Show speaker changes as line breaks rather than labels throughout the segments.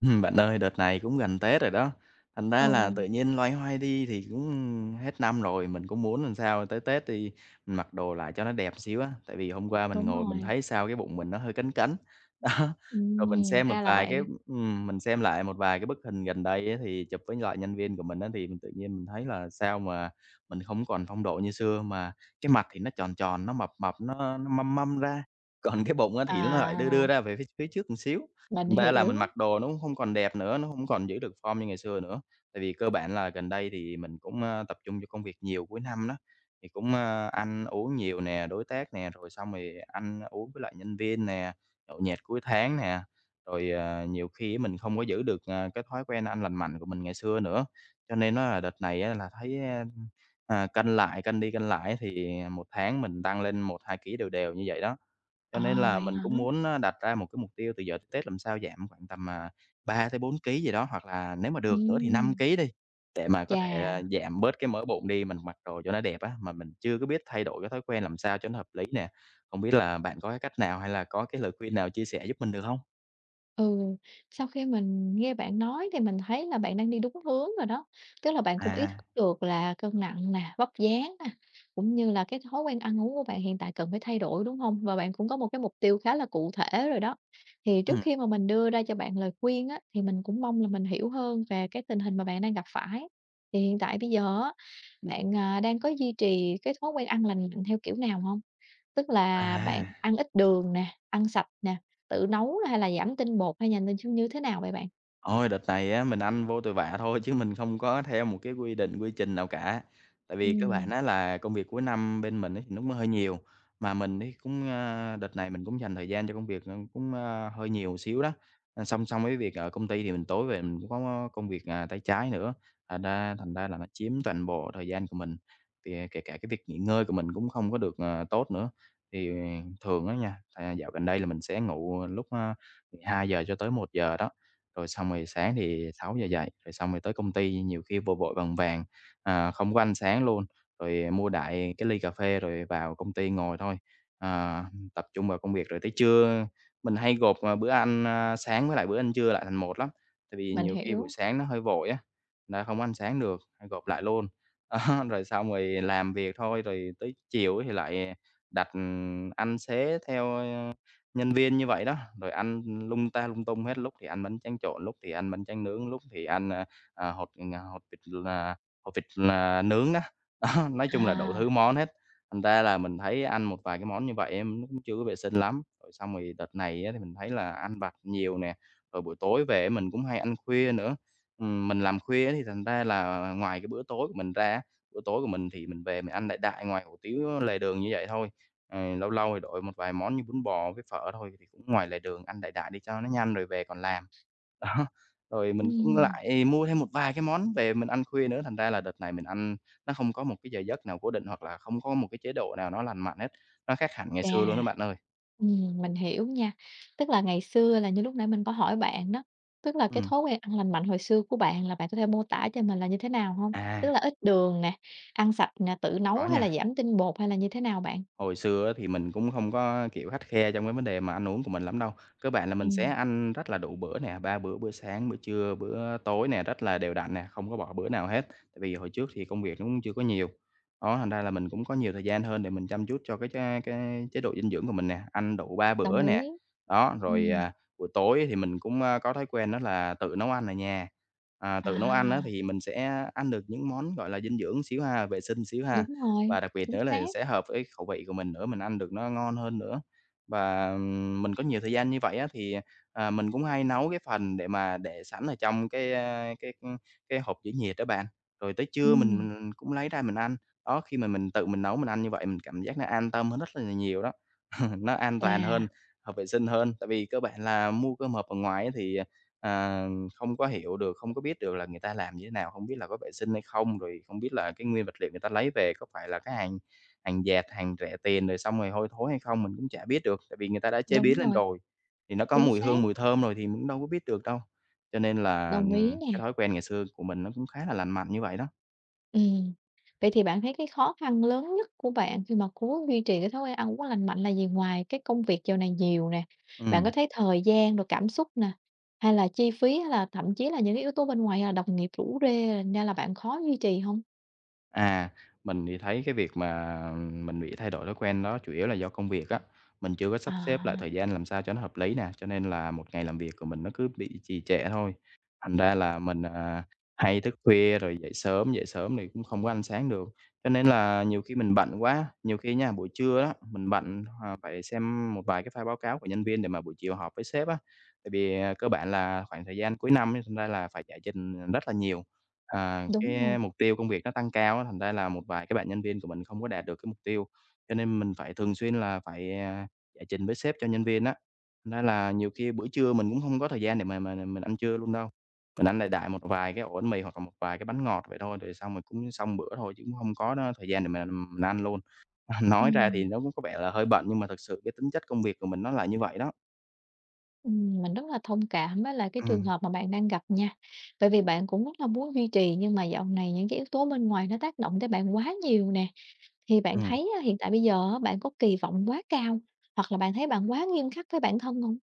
Bạn ơi, đợt này cũng gần Tết rồi đó, thành ra là
Ừ,
tự nhiên loay hoay đi thì cũng hết năm rồi, mình cũng muốn làm sao tới Tết thì mình mặc đồ lại cho nó đẹp xíu á. Tại vì hôm qua mình
đúng
ngồi mình
rồi.
thấy sao cái bụng mình nó hơi cánh cánh, đó. Rồi mình
Ừm,
xem một
Ra là
vài cái
vậy.
mình xem lại một vài cái bức hình gần đây á, thì chụp với lại nhân viên của mình á, thì mình tự nhiên mình thấy là sao mà mình không còn phong độ như xưa, mà cái mặt thì nó tròn tròn, nó mập mập, nó mâm măm ra, còn cái bụng á thì nó lại đưa
À,
đưa ra về phía phía trước một xíu.
mình
Thành ra là mình
hiểu.
mặc đồ nó cũng không còn đẹp nữa, nó không còn giữ được form như ngày xưa nữa. Tại vì cơ bản là gần đây thì mình cũng, tập trung cho công việc nhiều cuối năm đó, thì cũng, ăn uống nhiều nè, đối tác nè, rồi xong rồi ăn uống với lại nhân viên nè, nhậu nhẹt cuối tháng nè. Rồi, nhiều khi mình không có giữ được, cái thói quen ăn lành mạnh của mình ngày xưa nữa. Cho nên nó là đợt này á là thấy, cân lại, cân đi cân lại thì một tháng mình tăng lên 1 2 ký đều đều như vậy đó. Cho nên
À,
là
vậy
mình
hả?
cũng muốn đặt ra một cái mục tiêu từ giờ tới Tết làm sao giảm khoảng tầm 3 tới 4 ký gì đó, hoặc là nếu mà được nữa thì 5
Ừm,
ký đi, để mà có
chà.
thể giảm bớt cái mỡ bụng đi, mình mặc đồ cho nó đẹp á, mà mình chưa có biết thay đổi cái thói quen làm sao cho nó hợp lý nè. Không biết là bạn có cái cách nào hay là có cái lời khuyên nào chia sẻ giúp mình được không?
Ừ, sau khi mình nghe bạn nói thì mình thấy là bạn đang đi đúng hướng rồi đó. Tức là bạn cũng ý thức
À,
được là cân nặng nè, vóc dáng nè, cũng như là cái thói quen ăn uống của bạn hiện tại cần phải thay đổi, đúng không? Và bạn cũng có một cái mục tiêu khá là cụ thể rồi đó. Thì trước
ừm,
khi mà mình đưa ra cho bạn lời khuyên á, thì mình cũng mong là mình hiểu hơn về cái tình hình mà bạn đang gặp phải. Thì hiện tại bây giờ á, bạn, à, đang có duy trì cái thói quen ăn lành mạnh theo kiểu nào không? Tức là bạn
à.
ăn ít đường nè, ăn sạch nè, tự nấu hay là giảm tinh bột hay là nên như như thế nào vậy bạn?
Ôi, đợt này á, mình ăn vô tội vạ thôi chứ mình không có theo một cái quy định, quy trình nào cả. Tại vì cơ bản
Ừm,
á là công việc cuối năm bên mình ấy thì nó cũng hơi nhiều, mà mình ấy cũng, đợt này mình cũng dành thời gian cho công việc, ừm, cũng, hơi nhiều một xíu đó. À, song song với việc ở công ty thì mình tối về mình cũng có công việc, tay trái nữa, thành ra là nó chiếm toàn bộ thời gian của mình, thì, kể cả cái việc nghỉ ngơi của mình cũng không có được, tốt nữa. Thì ờ, thường á nha, dạo gần đây là mình sẽ ngủ lúc 12 giờ cho tới 1 giờ đó. Rồi xong rồi sáng thì 6 giờ dậy, rồi xong rồi tới công ty nhiều khi vội vội vàng vàng, không có ăn sáng luôn, rồi mua đại cái ly cà phê rồi vào công ty ngồi thôi, à, tập trung vào công việc. Rồi tới trưa mình hay gộp bữa ăn sáng với lại bữa ăn trưa lại thành một lắm, tại vì
mình
nhiều khi buổi
hiểu.
sáng nó hơi vội á, đã không có ăn sáng được, hay gộp lại luôn. Đó, rồi xong rồi làm việc thôi, rồi tới chiều á thì lại đặt ăn xế theo, nhân viên như vậy đó, rồi ăn lung ta lung tung hết, lúc thì ăn bánh tráng trộn, lúc thì ăn bánh tráng nướng, lúc thì ăn, à, hột, à, hột vịt là hột vịt là nướng đó. Đó, nói chung là đủ
À,
thứ món hết, thành ra là mình thấy ăn một vài cái món như vậy em nó cũng chưa có vệ sinh lắm. Rồi xong rồi đợt này á thì mình thấy là ăn vặt nhiều nè, rồi buổi tối về mình cũng hay ăn khuya nữa. Mình làm khuya thì thành ra là ngoài cái bữa tối của mình ra bữa tối của mình thì mình về mình ăn đại đại ngoài hủ tiếu lề đường như vậy thôi. Ờ, lâu lâu thì đổi một vài món như bún bò với phở thôi thì cũng ngoài lề đường ăn đại đại đi cho nó nhanh rồi về còn làm. Đó, rồi mình cũng
ừm,
lại mua thêm một vài cái món về mình ăn khuya nữa, thành ra là đợt này mình ăn nó không có một cái giờ giấc nào cố định hoặc là không có một cái chế độ nào nó lành mạnh hết, nó khác hẳn ngày xưa luôn đó bạn
chà,
ơi.
mình hiểu nha. Tức là ngày xưa là như lúc nãy mình có hỏi bạn đó, tức là cái
Ừm,
thói quen ăn lành mạnh hồi xưa của bạn là bạn có thể mô tả cho mình là như thế nào hông?
à,
Tức là ít đường nè, ăn sạch nè, tự nấu
có
hay
nha.
là giảm tinh bột hay là như thế nào bạn?
Hồi xưa á thì mình cũng không có, kiểu, khắt khe trong cái vấn đề mà ăn uống của mình lắm đâu. Cơ bản là mình sẽ
Ừm,
ăn rất là đủ bữa nè, 3 bữa, bữa sáng, bữa trưa, bữa tối nè, rất là đều đặn nè, không có bỏ bữa nào hết. Tại vì hồi trước thì công việc nó cũng chưa có nhiều, đó, thành ra là mình cũng có nhiều thời gian hơn để mình chăm chút cho cái chế độ dinh dưỡng của mình nè, ăn đủ 3
đồng
bữa nè.
ý.
Đó, rồi,
Ừm,
à, buổi tối thì mình cũng có thói quen đó là tự nấu ăn ở nhà. À,
à,
tự nấu ăn á thì mình sẽ ăn được những món, gọi là, dinh dưỡng xíu ha, vệ sinh xíu ha.
đúng rồi,
Và đặc biệt
chính
nữa
xác.
là sẽ hợp với khẩu vị của mình nữa, mình ăn được nó ngon hơn nữa. Và, mình có nhiều thời gian như vậy á, thì mình cũng hay nấu cái phần để mà để sẵn ở trong cái hộp giữ nhiệt đó bạn, rồi tới trưa mình
Ừm,
mình cũng lấy ra mình ăn. Đó, khi mà mình tự mình nấu mình ăn như vậy mình cảm giác nó an tâm hơn rất là nhiều đó, nó an toàn
chà,
hơn, hợp vệ sinh hơn. Tại vì cơ bản là mua cơm hộp ở ngoài á thì, à, không có hiểu được, không có biết được là người ta làm như thế nào, không biết là có vệ sinh hay không, rồi không biết là cái nguyên vật liệu người ta lấy về có phải là cái hàng hàng dệt, hàng rẻ tiền rồi xong rồi hôi thối hay không, mình cũng chả biết được, tại vì người ta đã chế
đúng
biến lên
rồi,
rồi, thì nó có
chính
mùi
xác,
hương, mùi thơm rồi thì mình cũng đâu có biết được đâu. Cho nên là,
đồng ý
ừm, cái
nè.
thói quen ngày xưa của mình nó cũng khá là lành mạnh như vậy đó.
Ừm. Vậy thì bạn thấy cái khó khăn lớn nhất của bạn khi mà cố duy trì cái thói quen ăn uống lành mạnh là gì? Ngoài cái công việc giờ này nhiều nè, bạn có
Ừm.
thấy thời gian rồi cảm xúc nè, hay là chi phí, hay là thậm chí là những cái yếu tố bên ngoài như là đồng nghiệp rủ rê nên là bạn khó duy trì không?
À, mình thì thấy cái việc mà mình bị thay đổi thói quen đó chủ yếu là do công việc á. Mình chưa có
À,
sắp xếp lại thời gian làm sao cho nó hợp lý nè, cho nên là một ngày làm việc của mình nó cứ bị trì trệ thôi. Thành ra là mình hay thức khuya rồi dậy sớm thì cũng không có ăn sáng được. Cho nên là nhiều khi mình bận quá, nhiều khi nha, buổi trưa đó mình bận phải xem một vài cái file báo cáo của nhân viên để mà buổi chiều họp với sếp á. Tại vì cơ bản là khoảng thời gian cuối năm ấy, thành ra là phải giải trình rất là nhiều. À,
đúng rồi.
cái mục tiêu công việc nó tăng cao á, thành ra là một vài cái bạn nhân viên của mình không có đạt được cái mục tiêu, cho nên mình phải thường xuyên là phải giải trình với sếp cho nhân viên á. Thành ra là nhiều khi bữa trưa mình cũng không có thời gian để mà mình ăn trưa luôn đâu, mình ăn đại đại một vài cái ổ bánh mì hoặc là một vài cái bánh ngọt vậy thôi, rồi xong rồi cũng xong bữa thôi chứ cũng không có đó thời gian để mà mình ăn luôn. Nói ra thì
Ừm,
nó cũng có vẻ là hơi bận nhưng mà thực sự cái tính chất công việc của mình nó là như vậy đó.
mình rất là thông cảm với lại cái trường
Ừm,
hợp mà bạn đang gặp nha. Bởi vì bạn cũng rất là muốn duy trì nhưng mà dạo này những cái yếu tố bên ngoài nó tác động tới bạn quá nhiều nè. Thì bạn
ừm.
thấy á, hiện tại bây giờ á, bạn có kỳ vọng quá cao, hoặc là bạn thấy bạn quá nghiêm khắc với bản thân không?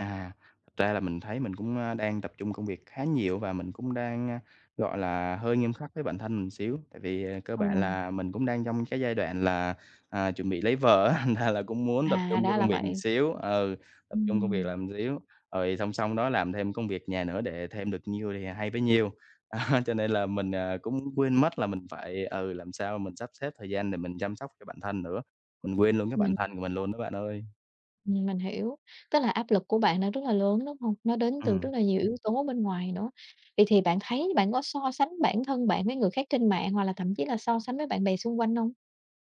À, thật ra là mình thấy mình cũng đang tập trung công việc khá nhiều và mình cũng đang gọi là, hơi nghiêm khắc với bản thân mình xíu. Tại vì, cơ
Ừ.
bản là mình cũng đang trong cái giai đoạn là, chuẩn bị lấy vợ á, thành ra là cũng muốn tập
À,
trung cho
ra là
công việc một
vậy.
xíu, ừ, tập trung công việc
Ừm.
làm xíu, rồi song song đó làm thêm công việc nhà nữa để thêm được nhiêu thì hay bấy nhiêu. Đó, cho nên là mình, cũng quên mất là mình phải, ừ, làm sao mình sắp xếp thời gian để mình chăm sóc cho bản thân nữa, mình quên luôn cái bản
Mình
thân của mình luôn đó bạn ơi.
mình hiểu, tức là áp lực của bạn nó rất là lớn, đúng không? Nó đến từ rất
Ừm.
là nhiều yếu tố bên ngoài nữa. Vậy thì bạn thấy bạn có so sánh bản thân bạn với người khác trên mạng, hoặc là thậm chí là so sánh với bạn bè xung quanh không?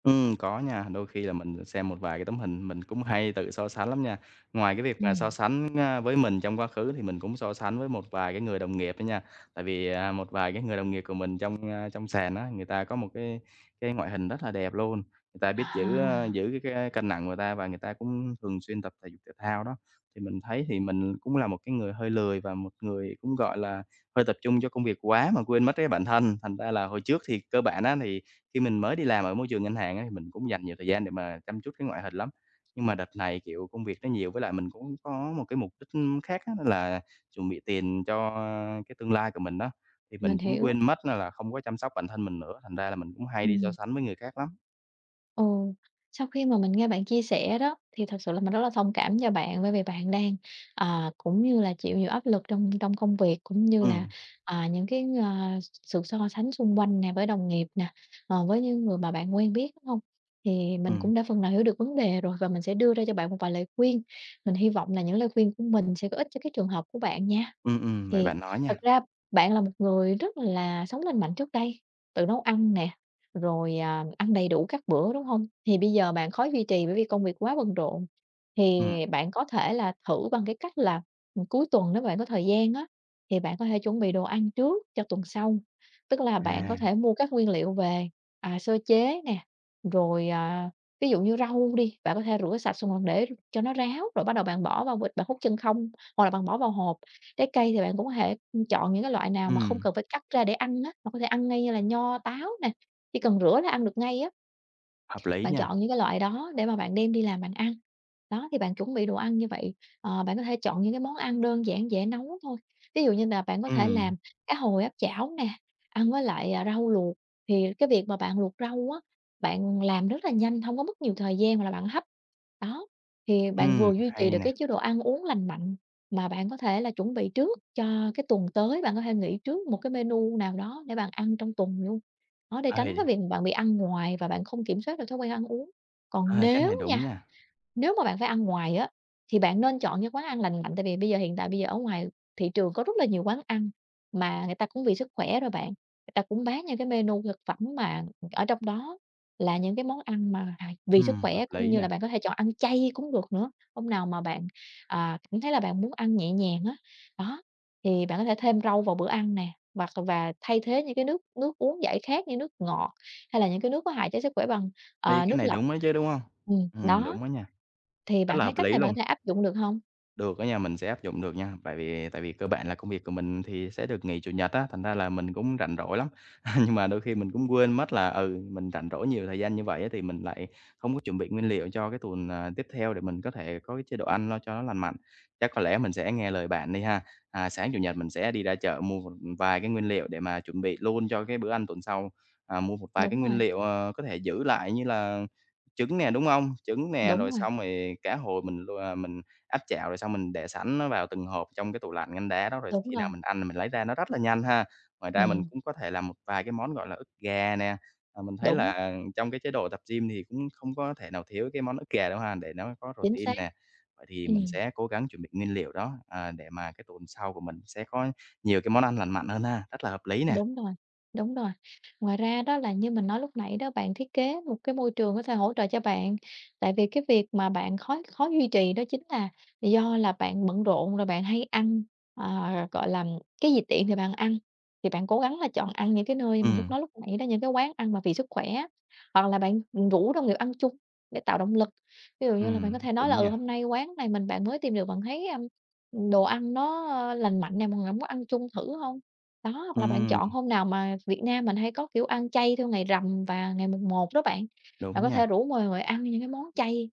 Có nha, đôi khi là mình xem một vài cái tấm hình mình cũng hay tự so sánh lắm nha. Ngoài cái việc mà so
Ừm.
sánh, với mình trong quá khứ thì mình cũng so sánh với một vài cái người đồng nghiệp đó nha. Tại vì, một vài cái người đồng nghiệp của mình trong, trong sàn á, người ta có một cái ngoại hình rất là đẹp luôn, người ta biết giữ,
À,
giữ cái cân nặng của người ta và người ta cũng thường xuyên tập thể dục thể thao đó. Thì mình thấy thì mình cũng là một cái người hơi lười và một người cũng, gọi là, hơi tập trung cho công việc quá mà quên mất cái bản thân. Thành ra là hồi trước thì cơ bản á thì khi mình mới đi làm ở môi trường ngân hàng á, thì mình cũng dành nhiều thời gian để mà chăm chút cái ngoại hình lắm. Nhưng mà đợt này, kiểu, công việc nó nhiều với lại mình cũng có một cái mục đích, khác á, đó là chuẩn bị tiền cho cái tương lai của mình đó thì
mình
mình cũng
hiểu.
quên mất á là không có chăm sóc bản thân mình nữa, thành ra là mình cũng hay đi so
Ừm.
sánh với người khác lắm.
Ồ, sau khi mà mình nghe bạn chia sẻ đó, thì thật sự là mình rất là thông cảm cho bạn, bởi vì bạn đang, à, cũng như là chịu nhiều áp lực trong trong công việc, cũng như
Ừ
là, à, những cái, sự so sánh xung quanh nè, với đồng nghiệp nè, với những người mà bạn quen biết, đúng hông? Thì
ừ
mình cũng đã phần nào hiểu được vấn đề rồi và mình sẽ đưa ra cho bạn một vài lời khuyên. Mình hy vọng là những lời khuyên của mình sẽ có ích cho cái trường hợp của bạn nha.
ừ ừm, vậy
Thì
bạn nói
thật
nha.
ra bạn là một người rất là sống lành mạnh trước đây, tự nấu ăn nè, rồi, à, ăn đầy đủ các bữa, đúng không? Thì bây giờ bạn khó duy trì bởi vì công việc quá bận rộn,
Ừ
thì bạn có thể là thử bằng cái cách là, cuối tuần nếu bạn có thời gian á, thì bạn có thể chuẩn bị đồ ăn trước cho tuần sau. Tức là bạn có
à,
thể mua các nguyên liệu về, à, sơ chế nè, rồi, à, ví dụ như rau đi, bạn có thể rửa sạch xong bạn để cho nó ráo, rồi bắt đầu bạn bỏ vào bịch, bạn hút chân không, hoặc là bạn bỏ vào hộp. Trái cây thì bạn cũng có thể, chọn những cái loại nào mà không
ừm,
cần phải cắt ra để ăn á, mà có thể ăn ngay như là nho, táo nè. Chỉ cần rửa là ăn được ngay á,
Hợp lý
bạn
nha.
chọn những cái loại đó để mà bạn đem đi làm bạn ăn. Đó, thì bạn chuẩn bị đồ ăn như vậy, bạn có thể chọn những cái món ăn đơn giản dễ nấu thôi. Ví dụ như là bạn có
Ừ
thể làm cá hồi áp chảo nè, ăn với lại, à, rau luộc, thì cái việc mà bạn luộc rau á, bạn làm rất là nhanh, không có mất nhiều thời gian hoặc là bạn hấp. Đó, thì bạn
ừ
vừa duy trì
Hay
được
nè.
cái chế độ ăn uống lành mạnh, mà bạn có thể là chuẩn bị trước cho cái tuần tới, bạn có thể nghĩ trước một cái menu nào đó để bạn ăn trong tuần luôn. Đó, để tránh cái
Ơi
việc bạn bị ăn ngoài và bạn không kiểm soát được thói quen ăn uống. Còn
ơi cái này
nếu
đúng
nha,
nha.
nếu mà bạn phải ăn ngoài á, thì bạn nên chọn những quán ăn lành mạnh, tại vì bây giờ hiện tại bây giờ ở ngoài thị trường có rất là nhiều quán ăn mà người ta cũng vì sức khỏe rồi bạn, người ta cũng bán những cái menu thực phẩm mà ở trong đó là những cái món ăn mà hài
Ừ
vì sức
hợp
khỏe, cũng
lý
như
nè.
là bạn có thể chọn ăn chay cũng được nữa. Hôm nào mà bạn, à, cảm thấy là bạn muốn ăn nhẹ nhàng á, đó, thì bạn có thể thêm rau vào bữa ăn nè, hoặc và thay thế những cái nước nước uống giải khát như nước ngọt hay là những cái nước có hại cho sức khỏe bằng,
Ê, cái
nước
này
lọc.
đúng đấy chứ, đúng không? Ừ
Đó.
đúng đó nha,
Thì
rất
bạn
là
thấy
hợp
cách
lý
này bạn có
luôn.
thể áp dụng được hông?
Được á nha, mình sẽ áp dụng được nha, tại vì cơ bản là công việc của mình thì sẽ được nghỉ Chủ nhật á, thành ra là mình cũng rảnh rỗi lắm. Nhưng mà đôi khi mình cũng quên mất là, ừ, mình rảnh rỗi nhiều thời gian như vậy á thì mình lại không có chuẩn bị nguyên liệu cho cái tuần, tiếp theo để mình có thể có cái chế độ ăn lo cho nó lành mạnh. Chắc có lẽ mình sẽ nghe lời bạn đi ha. À, sáng Chủ nhật mình sẽ đi ra chợ mua một vài cái nguyên liệu để mà chuẩn bị luôn cho cái bữa ăn tuần sau, mua một vài cái
Đúng
nguyên
rồi,
liệu, ờ, có thể giữ lại như là trứng nè, đúng không? Trứng nè,
đúng
rồi
rồi,
xong rồi cá hồi mình áp chảo rồi xong mình để sẵn nó vào từng hộp trong cái tủ lạnh ngăn đá đó, rồi
đúng
khi
rồi,
nào mình ăn là mình lấy ra nó rất là nhanh ha. Ngoài ra mình
ừm,
cũng có thể làm một vài cái món, gọi là, ức gà nè, ờ, mình thấy
đúng,
là trong cái chế độ tập gym thì cũng không có thể nào thiếu cái món ức gà đâu ha, để nó có
chính xác.
protein nè. Vậy thì mình
Ừm.
sẽ cố gắng chuẩn bị nguyên liệu đó, để mà cái tuần sau của mình sẽ có nhiều cái món ăn lành mạnh hơn ha, rất là hợp lý nè.
Đúng rồi, đúng rồi. Ngoài ra đó là như mình nói lúc nãy đó, bạn thiết kế một cái môi trường có thể hỗ trợ cho bạn, tại vì cái việc mà bạn khó khó duy trì đó chính là do là bạn bận rộn rồi bạn hay ăn, à, gọi là, cái gì tiện thì bạn ăn. Thì bạn cố gắng là chọn ăn những cái nơi mình lúc
Ừm,
nói lúc nãy đó, những cái quán ăn mà vì sức khỏe hoặc là bạn, rủ đồng nghiệp ăn chung để tạo động lực. Ví dụ như là bạn có thể nói
đúng
là "Ừ,
nha,
hôm nay quán này mình bạn mới tìm được, bạn thấy, đồ ăn nó lành mạnh nè, mọi người hổng có ăn chung thử không?" Đó, hoặc là bạn
ừm,
chọn hôm nào mà Việt Nam mình hay có, kiểu, ăn chay theo ngày rằm và ngày mùng một đó bạn. Bạn
đúng
có
nha.
thể rủ mọi người ăn những cái món chay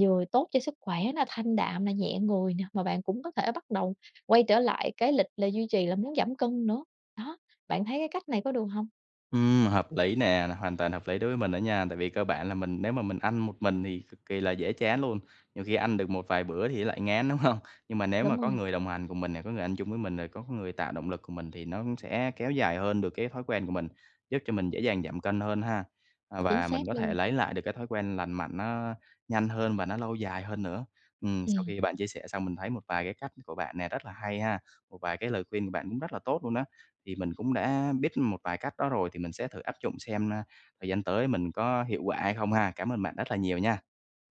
vừa tốt cho sức khỏe nè, thanh đạm nè, nhẹ người nè, mà bạn cũng có thể bắt đầu quay trở lại cái lịch là duy trì là muốn giảm cân nữa. Đó, bạn thấy cái cách này có được không?
Hợp lý nè, hoàn toàn hợp lý đối với mình đó nha, tại vì cơ bản là mình nếu mà mình ăn một mình thì cực kỳ là dễ chán luôn, nhiều khi ăn được một vài bữa thì lại ngán, đúng không? Nhưng mà nếu
Đúng
mà có
rồi,
người đồng hành cùng mình nè, có người ăn chung với mình, rồi có người tạo động lực cùng mình thì nó cũng sẽ kéo dài hơn được cái thói quen của mình, giúp cho mình dễ dàng giảm cân hơn ha. À,
chính
và
xác
mình có thể
luôn.
lấy lại được cái thói quen lành mạnh nó nhanh hơn và nó lâu dài hơn nữa. Sau
Ừm,
khi bạn chia sẻ xong mình thấy một vài cái cách của bạn nè rất là hay ha, một vài cái lời khuyên của bạn cũng rất là tốt luôn đó thì mình cũng đã biết một vài cách đó rồi, thì mình sẽ thử áp dụng xem, thời gian tới mình có hiệu quả hay không ha. Cảm ơn bạn rất là nhiều nha.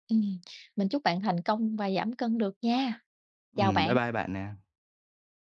ừm, mình chúc bạn thành công và giảm cân được nha. Chào
Bye
bạn.
bye bạn nè.